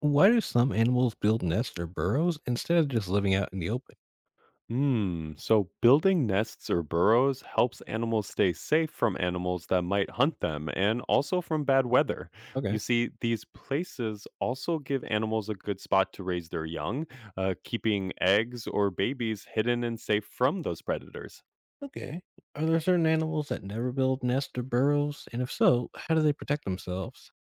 Why do some animals build nests or burrows instead of just living out in the open? Hmm. So building nests or burrows helps animals stay safe from animals that might hunt them and also from bad weather. Okay. You see, these places also give animals a good spot to raise their young, keeping eggs or babies hidden and safe from those predators. Okay. Are there certain animals that never build nests or burrows? And if so, how do they protect themselves?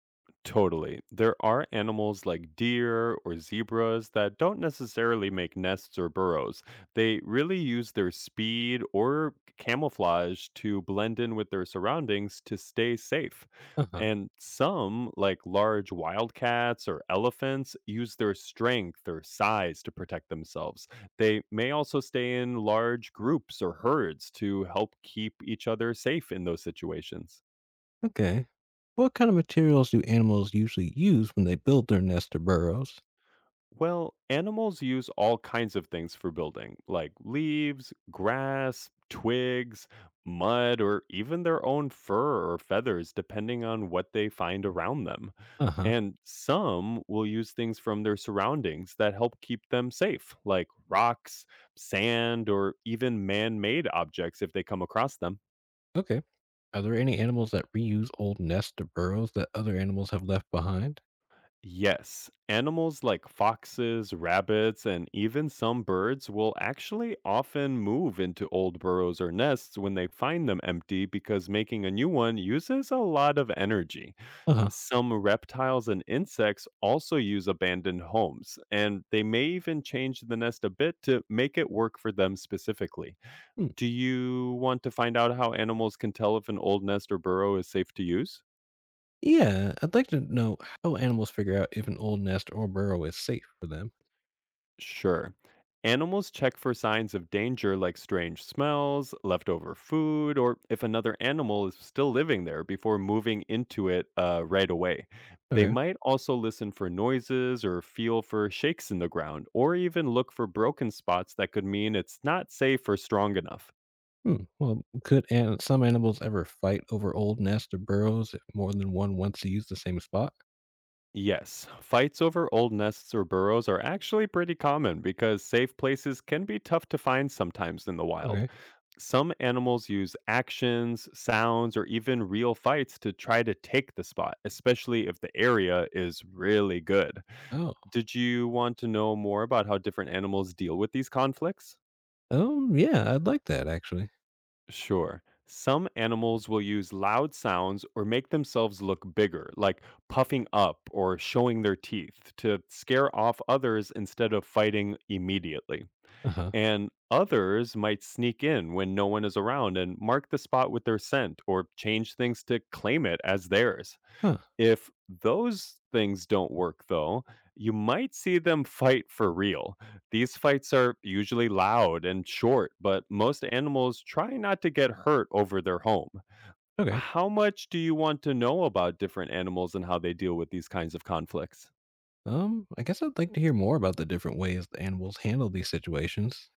Totally. There are animals like deer or zebras that don't necessarily make nests or burrows. They really use their speed or camouflage to blend in with their surroundings to stay safe. Uh huh. And some, like large wildcats or elephants, use their strength or size to protect themselves. They may also stay in large groups or herds to help keep each other safe in those situations. Okay. What kind of materials do animals usually use when they build their nests or burrows? Well, animals use all kinds of things for building, like leaves, grass, twigs, mud, or even their own fur or feathers, depending on what they find around them. Uh huh. And some will use things from their surroundings that help keep them safe, like rocks, sand, or even man made objects if they come across them. Okay. Are there any animals that reuse old nests or burrows that other animals have left behind? Yes, animals like foxes, rabbits, and even some birds will actually often move into old burrows or nests when they find them empty because making a new one uses a lot of energy. Uh huh. Some reptiles and insects also use abandoned homes, and they may even change the nest a bit to make it work for them specifically. Hmm. Do you want to find out how animals can tell if an old nest or burrow is safe to use? Yeah, I'd like to know how animals figure out if an old nest or burrow is safe for them. Sure. Animals check for signs of danger like strange smells, leftover food, or if another animal is still living there before moving into it right away. They Okay. might also listen for noises or feel for shakes in the ground, or even look for broken spots that could mean it's not safe or strong enough. Hmm. Well, could an some animals ever fight over old nests or burrows if more than one wants to use the same spot? Yes, fights over old nests or burrows are actually pretty common because safe places can be tough to find sometimes in the wild. Okay. Some animals use actions, sounds, or even real fights to try to take the spot, especially if the area is really good. Oh. Did you want to know more about how different animals deal with these conflicts? Yeah, I'd like that actually. Sure. Some animals will use loud sounds or make themselves look bigger, like puffing up or showing their teeth, to scare off others instead of fighting immediately. Uh huh. And others might sneak in when no one is around and mark the spot with their scent or change things to claim it as theirs. Huh. If those things don't work, though, you might see them fight for real. These fights are usually loud and short, but most animals try not to get hurt over their home. Okay. How much do you want to know about different animals and how they deal with these kinds of conflicts? I guess I'd like to hear more about the different ways the animals handle these situations.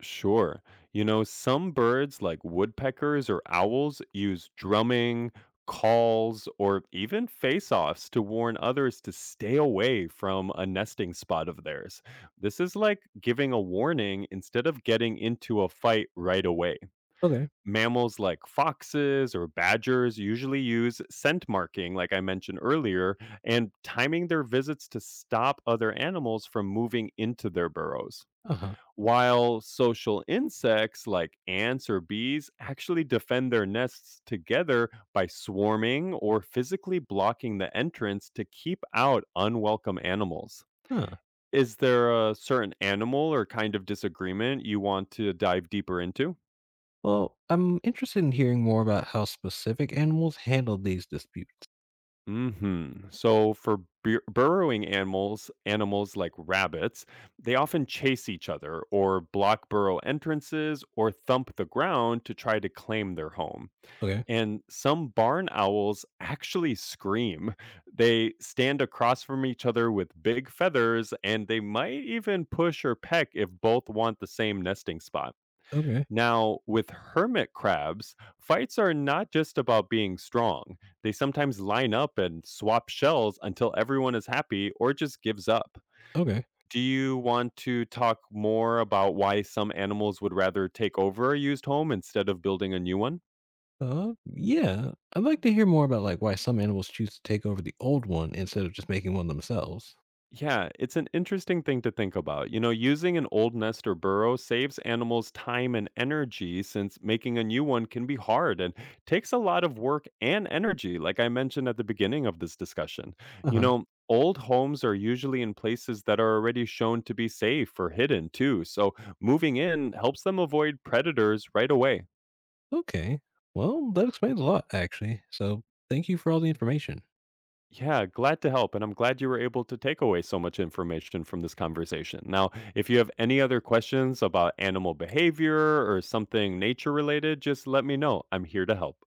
Sure. You know, some birds like woodpeckers or owls use drumming, calls, or even face offs to warn others to stay away from a nesting spot of theirs. This is like giving a warning instead of getting into a fight right away. Okay. Mammals like foxes or badgers usually use scent marking, like I mentioned earlier, and timing their visits to stop other animals from moving into their burrows, Uh huh. while social insects like ants or bees actually defend their nests together by swarming or physically blocking the entrance to keep out unwelcome animals. Huh. Is there a certain animal or kind of disagreement you want to dive deeper into? Well, I'm interested in hearing more about how specific animals handle these disputes. Mhm. So for burrowing animals, animals like rabbits, they often chase each other or block burrow entrances or thump the ground to try to claim their home. Okay. And some barn owls actually scream. They stand across from each other with big feathers, and they might even push or peck if both want the same nesting spot. Okay. Now, with hermit crabs, fights are not just about being strong. They sometimes line up and swap shells until everyone is happy or just gives up. Okay. Do you want to talk more about why some animals would rather take over a used home instead of building a new one? Yeah. I'd like to hear more about like why some animals choose to take over the old one instead of just making one themselves. Yeah, it's an interesting thing to think about. You know, using an old nest or burrow saves animals time and energy, since making a new one can be hard and takes a lot of work and energy, like I mentioned at the beginning of this discussion. You Uh-huh. know, old homes are usually in places that are already shown to be safe or hidden too, so moving in helps them avoid predators right away. Okay. Well, that explains a lot, actually. So thank you for all the information. Yeah, glad to help. And I'm glad you were able to take away so much information from this conversation. Now, if you have any other questions about animal behavior or something nature related, just let me know. I'm here to help.